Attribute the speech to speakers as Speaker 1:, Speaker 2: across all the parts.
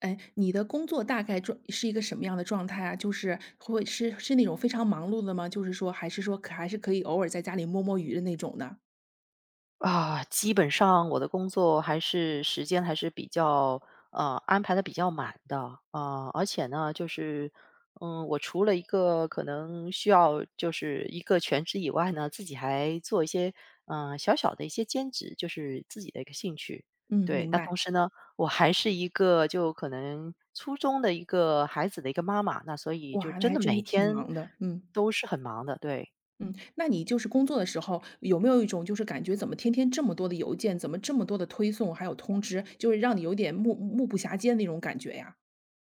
Speaker 1: 哎，你的工作大概是一个什么样的状态啊？就是会是那种非常忙碌的吗？就是说，还是说还是可以偶尔在家里摸摸鱼的那种呢？
Speaker 2: 啊，基本上我的工作还是时间还是比较安排的比较满的。啊，而且呢，就是我除了一个可能需要就是一个全职以外呢，自己还做一些小小的一些兼职，就是自己的一个兴趣。
Speaker 1: 嗯，
Speaker 2: 对，
Speaker 1: 明
Speaker 2: 那同
Speaker 1: 白。
Speaker 2: 时呢，我还是一个就可能初中的一个孩子的一个妈妈，那所以就
Speaker 1: 哇，那
Speaker 2: 真
Speaker 1: 还
Speaker 2: 的
Speaker 1: 真
Speaker 2: 每
Speaker 1: 是挺
Speaker 2: 天
Speaker 1: 忙的。嗯
Speaker 2: 都是很忙的，对。
Speaker 1: 嗯，那你就是工作的时候，有没有一种就是感觉怎么天天这么多的邮件，怎么这么多的推送，还有通知，就是让你有点目不暇接的那种感觉呀？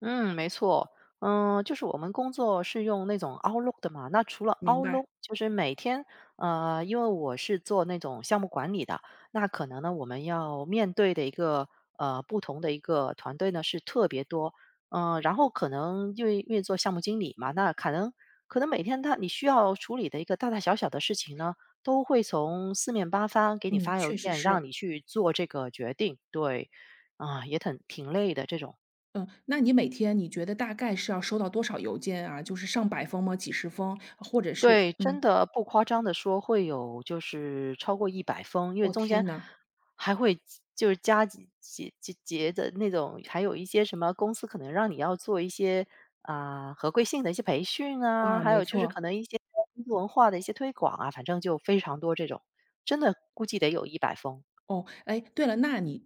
Speaker 2: 嗯，没错，就是我们工作是用那种 Outlook 的嘛。那除了
Speaker 1: 明白。
Speaker 2: Outlook，就是每天，因为我是做那种项目管理的，那可能呢，我们要面对的一个不同的一个团队呢是特别多，然后可能因为做项目经理嘛，那可能每天他你需要处理的一个大大小小的事情呢，都会从四面八方给你
Speaker 1: 嗯，
Speaker 2: 发邮
Speaker 1: 确实
Speaker 2: 件，
Speaker 1: 是。
Speaker 2: 让你去做这个决定，对，啊、也挺累的这种。
Speaker 1: 嗯，那你每天你觉得大概是要收到多少邮件啊？就是上百封吗？几十封，或者是
Speaker 2: 对，真
Speaker 1: 嗯？
Speaker 2: 的不夸张的说，会有就是超过一百封，因为
Speaker 1: 哦，
Speaker 2: 中间
Speaker 1: 天呐，
Speaker 2: 还会就是加几节的那种，还有一些什么公司可能让你要做一些，啊，合规性的一些培训啊，
Speaker 1: 啊，
Speaker 2: 还
Speaker 1: 没
Speaker 2: 有就是可
Speaker 1: 错。
Speaker 2: 能一些工作文化的一些推广啊，反正就非常多这种，真的估计得有一百封。
Speaker 1: 哦，哎，对了，那你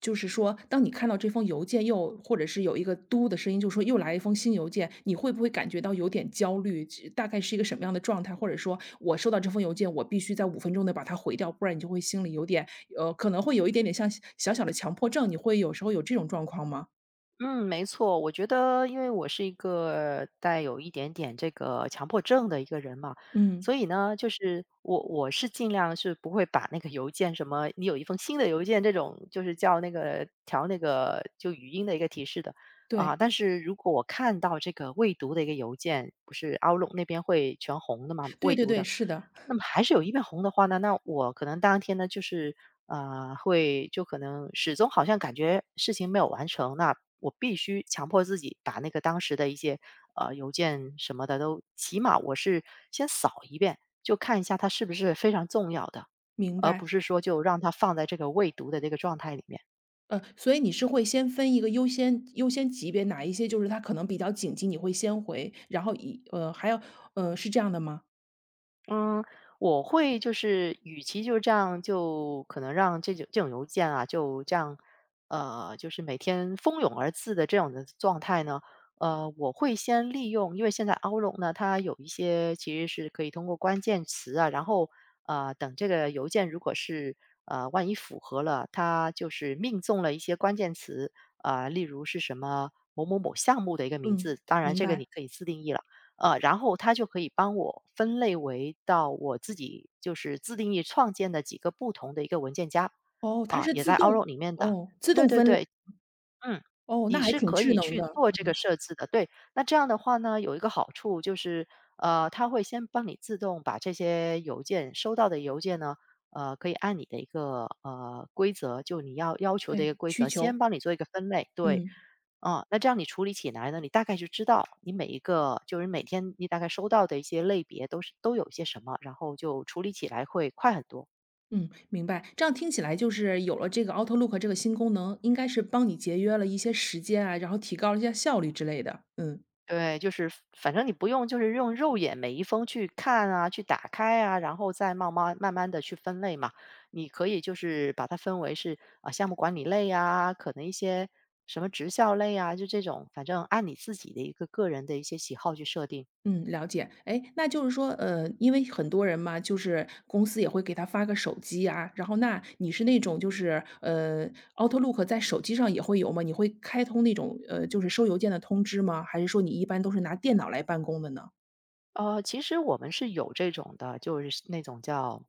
Speaker 1: 就是说，当你看到这封邮件又或者是有一个"嘟"的声音，就说又来一封新邮件，你会不会感觉到有点焦虑？这大概是一个什么样的状态？或者说我收到这封邮件，我必须在五分钟内把它回掉，不然你就会心里有点可能会有一点点像小小的强迫症，你会有时候有这种状况吗？
Speaker 2: 嗯，没错，我觉得因为我是一个带有一点点这个强迫症的一个人嘛，
Speaker 1: 嗯，
Speaker 2: 所以呢，就是我是尽量是不会把那个邮件什么，你有一封新的邮件这种，就是叫那个调那个就语音的一个提示的啊。
Speaker 1: 对，
Speaker 2: 但是如果我看到这个未读的一个邮件，不是 Outlook 那边会全红的嘛，未
Speaker 1: 对对
Speaker 2: 读
Speaker 1: 对，
Speaker 2: 的，
Speaker 1: 是的，
Speaker 2: 那么还是有一片红的话呢，那我可能当天呢，就是会就可能始终好像感觉事情没有完成，那我必须强迫自己把那个当时的一些邮件什么的都，起码我是先扫一遍，就看一下它是不是非常重要的，
Speaker 1: 明
Speaker 2: 而不
Speaker 1: 白。
Speaker 2: 是说就让它放在这个未读的这个状态里面。
Speaker 1: 所以你是会先分一个优先级别，哪一些就是它可能比较紧急，你会先回，然后还要是这样的吗？
Speaker 2: 嗯，我会就是与其就这样，就可能让这种邮件啊，就这样，就是每天蜂拥而至的这种的状态呢，我会先利用，因为现在 Outlook 呢，它有一些其实是可以通过关键词啊，然后等这个邮件如果是万一符合了，它就是命中了一些关键词，例如是什么某某某项目的一个名
Speaker 1: 嗯，
Speaker 2: 字，当然
Speaker 1: 明
Speaker 2: 这个你
Speaker 1: 白。
Speaker 2: 可以自定义了。然后它就可以帮我分类为到我自己就是自定义创建的几个不同的一个文件夹，
Speaker 1: 哦，它
Speaker 2: 啊，
Speaker 1: 是
Speaker 2: 也
Speaker 1: 自
Speaker 2: 在 o u t
Speaker 1: 动
Speaker 2: l o 里面的。
Speaker 1: 哦，自
Speaker 2: 对
Speaker 1: 动
Speaker 2: 对
Speaker 1: 分类，
Speaker 2: 对，嗯，
Speaker 1: 哦，那
Speaker 2: 你
Speaker 1: 还
Speaker 2: 是
Speaker 1: 挺
Speaker 2: 可
Speaker 1: 智
Speaker 2: 以
Speaker 1: 能
Speaker 2: 去
Speaker 1: 的。
Speaker 2: 做这个设置的，对。那这样的话呢，有一个好处就是，它会先帮你自动把这些邮件收到的邮件呢，可以按你的一个规则，就你要求的一个
Speaker 1: 对，
Speaker 2: 规
Speaker 1: 需
Speaker 2: 则，先
Speaker 1: 求，
Speaker 2: 帮你做一个分类，对。
Speaker 1: 嗯
Speaker 2: 啊、那这样你处理起来呢，你大概就知道你每一个就是每天你大概收到的一些类别都是都有些什么，然后就处理起来会快很多。
Speaker 1: 嗯，明白。这样听起来就是有了这个 Outlook 这个新功能，应该是帮你节约了一些时间啊，然后提高了一下效率之类的，嗯。
Speaker 2: 对，就是反正你不用就是用肉眼每一封去看啊，去打开啊，然后再慢慢慢慢的去分类嘛。你可以就是把它分为是，啊，项目管理类啊，可能一些什么职效类啊，就这种，反正按你自己的一个个人的一些喜好去设定。
Speaker 1: 嗯，了解。哎，那就是说，因为很多人嘛，就是公司也会给他发个手机啊，然后那你是那种就是，，Outlook 在手机上也会有吗？你会开通那种，就是收邮件的通知吗？还是说你一般都是拿电脑来办公的呢？
Speaker 2: 其实我们是有这种的，就是那种叫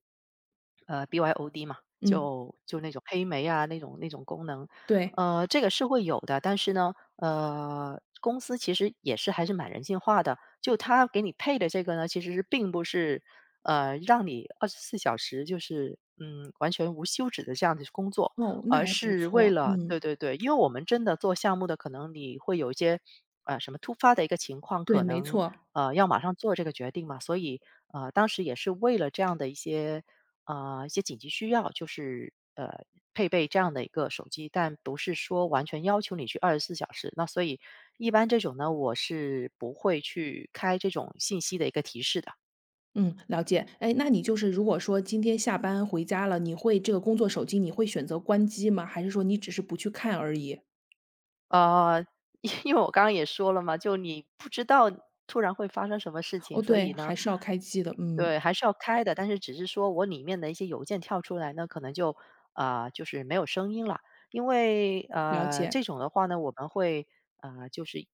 Speaker 2: BYOD 嘛，
Speaker 1: 嗯，
Speaker 2: 就那种黑莓啊那种功能，
Speaker 1: 对。
Speaker 2: 这个是会有的。但是呢，公司其实也是还是蛮人性化的，就他给你配的这个呢，其实是并不是让你二十四小时就是完全无休止的这样子工作，
Speaker 1: 哦，那
Speaker 2: 而
Speaker 1: 还不
Speaker 2: 是为
Speaker 1: 错。
Speaker 2: 了对
Speaker 1: 嗯，
Speaker 2: 对对，因为我们真的做项目的，可能你会有一些什么突发的一个情况，
Speaker 1: 对，
Speaker 2: 可
Speaker 1: 没
Speaker 2: 能
Speaker 1: 错。
Speaker 2: 要马上做这个决定嘛，所以当时也是为了这样的一些一些紧急需要，就是配备这样的一个手机，但不是说完全要求你去二十四小时。那所以一般这种呢，我是不会去开这种信息的一个提示的。
Speaker 1: 嗯，了解。哎，那你就是如果说今天下班回家了，你会这个工作手机你会选择关机吗？还是说你只是不去看而已？
Speaker 2: 呃，因为我刚刚也说了嘛，就你不知道突然会发生什么事情，
Speaker 1: 哦，
Speaker 2: 所
Speaker 1: 对，
Speaker 2: 以呢，
Speaker 1: 还是要开机的。嗯，
Speaker 2: 对，还是要开的，但是只是说我里面的一些邮件跳出来呢，可能就就是没有声音了，因为
Speaker 1: 了解。
Speaker 2: 这种的话呢，我们会就是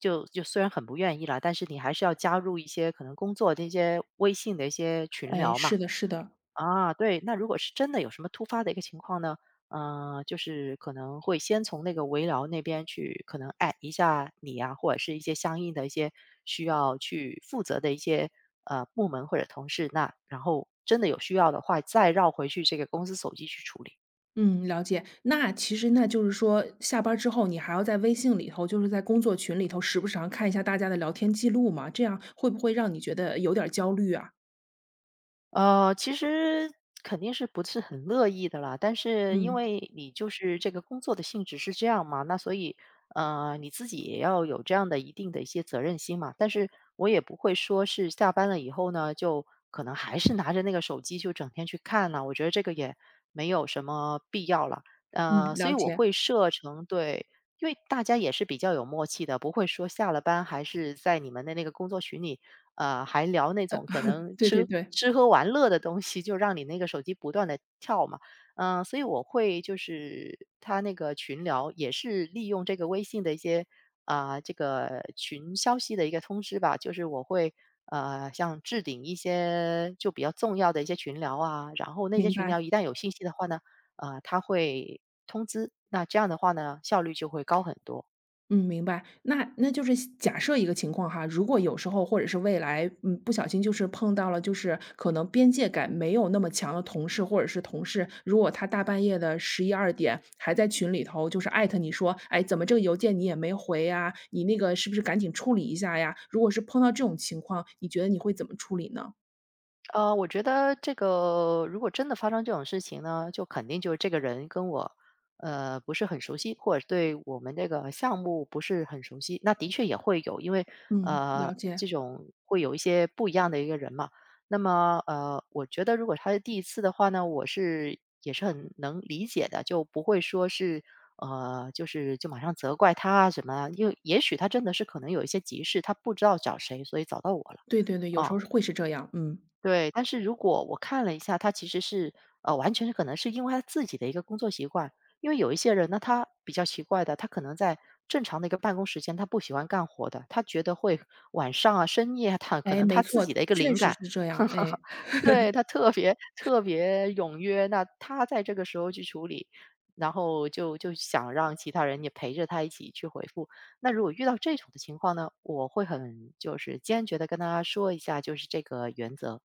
Speaker 2: 就虽然很不愿意了，但是你还是要加入一些可能工作的一些微信的一些群
Speaker 1: 哎，
Speaker 2: 聊嘛，
Speaker 1: 是的，是的，
Speaker 2: 啊，对，那如果是真的有什么突发的一个情况呢？就是可能会先从那个围聊那边去，可能 a 一下你啊，或者是一些相应的一些需要去负责的一些部门或者同事，那然后真的有需要的话，再绕回去这个公司手机去处理。
Speaker 1: 嗯，了解。那其实那就是说，下班儿之后你还要在微信里头，就是在工作群里头，时不常看一下大家的聊天记录嘛，这样会不会让你觉得有点儿焦虑啊？
Speaker 2: 其实肯定是不是很乐意的啦，但是因
Speaker 1: 嗯，
Speaker 2: 为你就是这个工作的性质是这样嘛，那所以你自己也要有这样的一定的一些责任心嘛。但是我也不会说是下班了以后呢，就可能还是拿着那个手机就整天去看呐，我觉得这个也没有什么必要了。
Speaker 1: 嗯，
Speaker 2: 所
Speaker 1: 了
Speaker 2: 以我
Speaker 1: 解，
Speaker 2: 会设成对，因为大家也是比较有默契的，不会说下了班还是在你们的那个工作群里还聊那种可能
Speaker 1: 对对
Speaker 2: 吃
Speaker 1: 对，
Speaker 2: 吃喝玩乐的东西，就让你那个手机不断的跳嘛。嗯，所以我会就是他那个群聊也是利用这个微信的一些，啊，这个群消息的一个通知吧，就是我会，像置顶一些就比较重要的一些群聊啊，然后那些
Speaker 1: 明
Speaker 2: 群聊
Speaker 1: 白。
Speaker 2: 一旦有信息的话呢，他会通知，那这样的话呢，效率就会高很多。
Speaker 1: 嗯，明白。那就是假设一个情况哈，如果有时候或者是未来，嗯，不小心就是碰到了，就是可能边界感没有那么强的同事或者是同事，如果他大半夜的十一二点还在群里头就是艾特你说："哎，怎么这个邮件你也没回呀？你那个是不是赶紧处理一下呀？"如果是碰到这种情况，你觉得你会怎么处理呢？
Speaker 2: 我觉得这个如果真的发生这种事情呢，就肯定就是这个人跟我，不是很熟悉，或者对我们这个项目不是很熟悉，那的确也会有，因为
Speaker 1: 嗯，了解。
Speaker 2: 这种会有一些不一样的一个人嘛。那么我觉得如果他是第一次的话呢，我是也是很能理解的，就不会说是就是马上责怪他啊什么啊因为也许他真的是可能有一些急事，他不知道找谁，所以找到我了
Speaker 1: 对对对，有时
Speaker 2: 啊。
Speaker 1: 候是会是这样，嗯。
Speaker 2: 对，但是如果我看了一下，他其实是完全是可能是因为他自己的一个工作习惯。因为有一些人呢，他比较奇怪的，他可能在正常的一个办公时间，他不喜欢干活的，他觉得会晚上啊、深夜啊他可
Speaker 1: 哎，
Speaker 2: 能
Speaker 1: 没
Speaker 2: 他自
Speaker 1: 错，
Speaker 2: 己的一个
Speaker 1: 确
Speaker 2: 灵
Speaker 1: 实
Speaker 2: 感
Speaker 1: 是这 样，哎。
Speaker 2: 对，他特别特别踊跃，那他在这个时候去处理，然后就想让其他人也陪着他一起去回复。那如果遇到这种的情况呢，我会很坚决的跟他说一下，就是这个原则，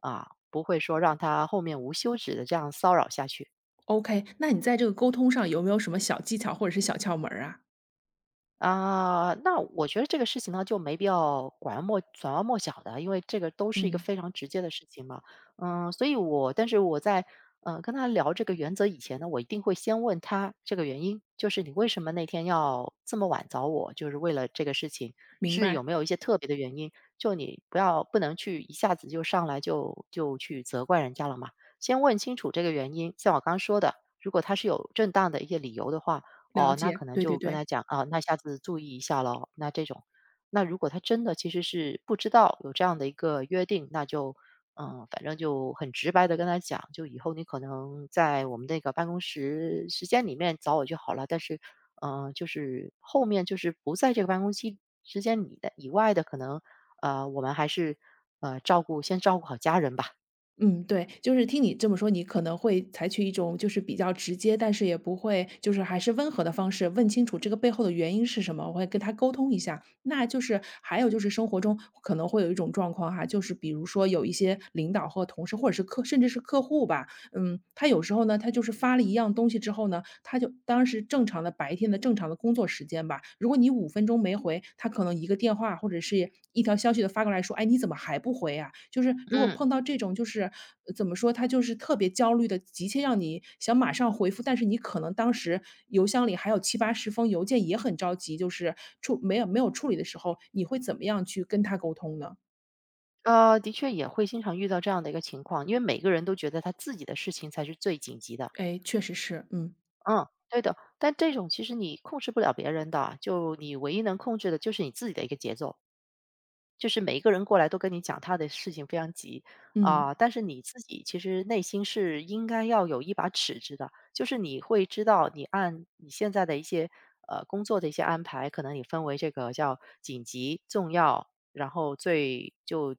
Speaker 2: 不会说让他后面无休止的这样骚扰下去。
Speaker 1: OK，那你在这个沟通上有没有什么小技巧或者是小窍门儿啊？
Speaker 2: 那我觉得这个事情呢，就没必要拐弯抹角的，因为这个都是一个
Speaker 1: 嗯，
Speaker 2: 非常直接的事情嘛。所以我但是我在跟他聊这个原则以前呢，我一定会先问他这个原因，就是你为什么那天要这么晚找我，就是为了这个事情，
Speaker 1: 明
Speaker 2: 是
Speaker 1: 白，
Speaker 2: 有没有一些特别的原因？就你不要不能一下子就上来就去责怪人家了嘛，先问清楚这个原因。像我刚刚说的，如果他是有正当的一些理由的话。
Speaker 1: 了
Speaker 2: 哦，那
Speaker 1: 解，
Speaker 2: 可能
Speaker 1: 对对
Speaker 2: 就跟
Speaker 1: 对，
Speaker 2: 他讲，啊，那下次注意一下咯，那这种。那如果他真的其实是不知道有这样的一个约定，那就，嗯，反正就很直白的跟他讲，就以后你可能在我们那个办公室时间里面找我就好了，但是就是后面就是不在这个办公期时间里的以外的，可能，我们还是，先照顾好家人吧。
Speaker 1: 嗯，对，就是听你这么说，你可能会采取一种就是比较直接，但是也不会就是还是温和的方式，问清楚这个背后的原因是什么，我会跟他沟通一下。那就是还有就是生活中可能会有一种状况哈，就是比如说有一些领导或同事，或者是客，甚至是客户吧，嗯，他有时候呢，他就是发了一样东西之后呢，他就当时正常的白天的正常的工作时间吧，如果你五分钟没回，他可能一个电话或者是一条消息的发过来说："哎，你怎么还不回啊？"就是如果
Speaker 2: 嗯。
Speaker 1: 碰到这种就是怎么说，他就是特别焦虑的，急切让你想马上回复，但是你可能当时邮箱里还有七八十封邮件也很着急，就是处没有没有处理的时候，你会怎么样去跟他沟通呢？
Speaker 2: 的确也会经常遇到这样的一个情况，因为每个人都觉得他自己的事情才是最紧急的。
Speaker 1: 哎，确实是，嗯，
Speaker 2: 嗯，对的。但这种其实你控制不了别人的，就你唯一能控制的就是你自己的一个节奏，就是每一个人过来都跟你讲他的事情非常急
Speaker 1: 嗯，
Speaker 2: 啊、但是你自己其实内心是应该要有一把尺子的，就是你会知道你按你现在的一些工作的一些安排，可能你分为这个叫紧急、重要，然后最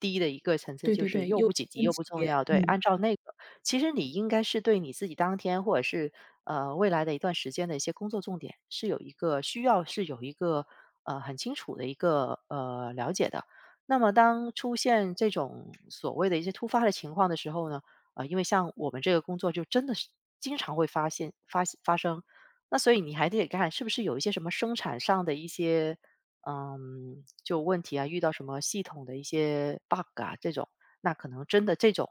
Speaker 2: 低的一个层次
Speaker 1: 对
Speaker 2: 就
Speaker 1: 对
Speaker 2: 是
Speaker 1: 对，
Speaker 2: 又
Speaker 1: 优
Speaker 2: 不紧急
Speaker 1: 先
Speaker 2: 又
Speaker 1: 级
Speaker 2: 不重
Speaker 1: 别，
Speaker 2: 要，对，
Speaker 1: 嗯。
Speaker 2: 按照那个其实你应该是对你自己当天或者是未来的一段时间的一些工作重点是有一个很清楚的一个了解的。那么当出现这种所谓的一些突发的情况的时候呢，因为像我们这个工作就真的是经常会发生，那所以你还得看是不是有一些什么生产上的一些问题啊，遇到什么系统的一些 bug 啊这种，那可能真的这种。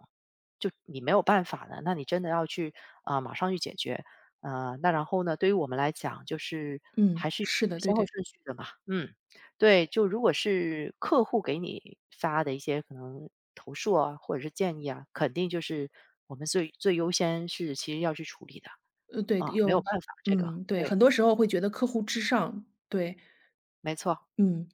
Speaker 2: 就你没有办法的，那你真的要去啊、马上去解决。那然后呢，对于我们来讲，就是还
Speaker 1: 嗯，
Speaker 2: 是有
Speaker 1: 是
Speaker 2: 一个
Speaker 1: 的，
Speaker 2: 先
Speaker 1: 对
Speaker 2: 后
Speaker 1: 对，
Speaker 2: 顺序的嘛。嗯，对，就如果是客户给你发的一些可能投诉啊，或者是建议啊，肯定就是我们最优先是其实要去处理的
Speaker 1: 对，
Speaker 2: 啊，没有
Speaker 1: 有
Speaker 2: 办法，这个
Speaker 1: 嗯，对，
Speaker 2: 对，
Speaker 1: 很多时候会觉得客户至上，对，
Speaker 2: 没错。
Speaker 1: 嗯，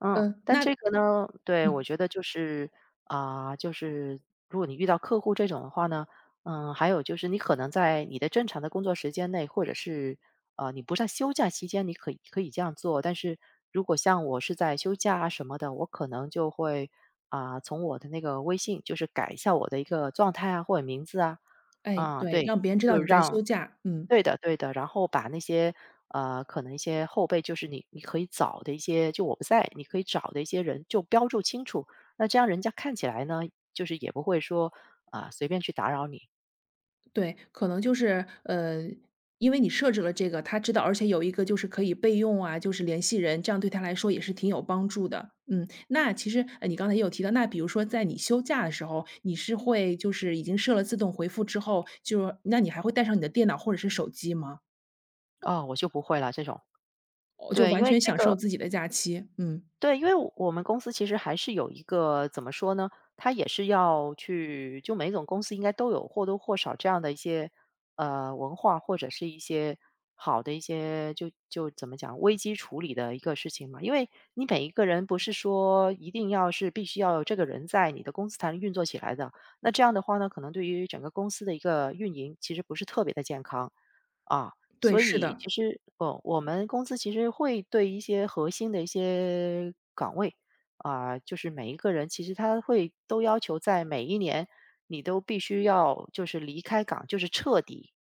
Speaker 2: 嗯，但
Speaker 1: 那
Speaker 2: 这个呢，对，我
Speaker 1: 嗯，
Speaker 2: 觉得就是啊、就是如果你遇到客户这种的话呢，嗯，还有就是你可能在你的正常的工作时间内，或者是你不在休假期间，你可以可以这样做。但是如果像我是在休假啊什么的，我可能就会啊、从我的那个微信就是改一下我的一个状态啊或者名字啊，
Speaker 1: 哎，
Speaker 2: 啊、
Speaker 1: 对，
Speaker 2: 对，
Speaker 1: 让别人知道
Speaker 2: 就
Speaker 1: 你在
Speaker 2: 让
Speaker 1: 休假，嗯，
Speaker 2: 对的对的，然后把那些可能一些后辈，就是你可以找的一些，就我不在，你可以找的一些人就标注清楚，那这样人家看起来呢，就是也不会说啊、随便去打扰你，
Speaker 1: 对，可能就是，因为你设置了这个，他知道，而且有一个就是可以备用啊，就是联系人，这样对他来说也是挺有帮助的，嗯，那其实，你刚才也有提到，那比如说在你休假的时候，你是会就是已经设了自动回复之后，就那你还会带上你的电脑或者是手机吗？
Speaker 2: 哦，我就不会了这种。
Speaker 1: 我就
Speaker 2: 对，因
Speaker 1: 完
Speaker 2: 为
Speaker 1: 全
Speaker 2: 这
Speaker 1: 享受
Speaker 2: 个
Speaker 1: 自己的假期，嗯，
Speaker 2: 对，因为我们公司其实还是有一个怎么说呢？它也是要去，就每种公司应该都有或多或少这样的一些文化，或者是一些好的一些就怎么讲危机处理的一个事情嘛。因为你每一个人不是说一定要必须要有这个人在你的公司才能运作起来的。那这样的话呢，可能对于整个公司的一个运营其实不是特别的健康啊。
Speaker 1: 对，
Speaker 2: 所
Speaker 1: 是
Speaker 2: 以其
Speaker 1: 的。
Speaker 2: 实，我们公司其实会对一些核心的一些岗位啊，就是每一个人其实他会都要求在每一年你都必须要就是彻底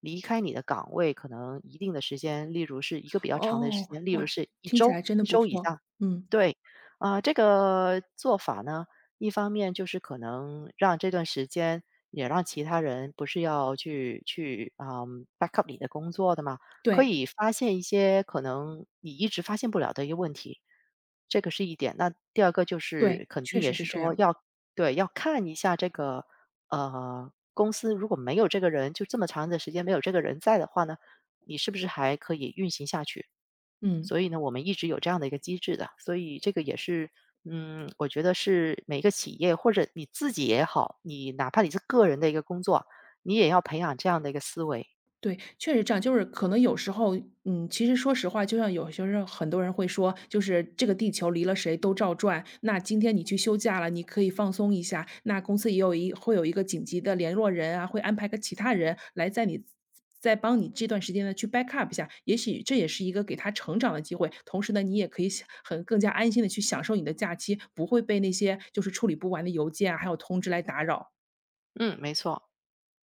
Speaker 2: 离开你的岗位，可能一定的时间，例如是一个比较长的时
Speaker 1: 哦，
Speaker 2: 间，例如
Speaker 1: 哇，
Speaker 2: 是一
Speaker 1: 听起
Speaker 2: 周，
Speaker 1: 来真的
Speaker 2: 一
Speaker 1: 不
Speaker 2: 周以
Speaker 1: 错，
Speaker 2: 上。
Speaker 1: 嗯，
Speaker 2: 对，啊、这个做法呢，一方面就是可能让这段时间也让其他人不是要去back up 你的工作的嘛，可
Speaker 1: 对，
Speaker 2: 以发现一些可能你一直发现不了的一个问题，这个是一点。那第二个就
Speaker 1: 对，
Speaker 2: 是肯定
Speaker 1: 确
Speaker 2: 也
Speaker 1: 实
Speaker 2: 是
Speaker 1: 是这
Speaker 2: 说
Speaker 1: 样，
Speaker 2: 要对要看一下这个公司如果没有这个人，就这么长的时间没有这个人在的话呢，你是不是还可以运行下去？
Speaker 1: 嗯。
Speaker 2: 所以呢，我们一直有这样的一个机制的，所以这个也是，嗯，我觉得是每个企业或者你自己也好，你哪怕你是个人的一个工作，你也要培养这样的一个思维。
Speaker 1: 对，确实这样。就是可能有时候，嗯，其实说实话，就像有些人很多人会说，就是这个地球离了谁都照转。那今天你去休假了，你可以放松一下。那公司也会有一个紧急的联络人啊，会安排个其他人来在你再帮你这段时间呢去 back up 一下。也许这也是一个给他成长的机会，同时呢，你也可以很更加安心的去享受你的假期，不会被那些就是处理不完的邮件啊，还有通知来打扰。
Speaker 2: 嗯，没错。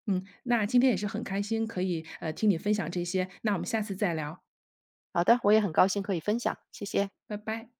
Speaker 1: 嗯，那今天也是很开心可以，听你分享这些，那我们下次再聊，
Speaker 2: 好的，我也很高兴可以分享，谢谢。
Speaker 1: 拜拜。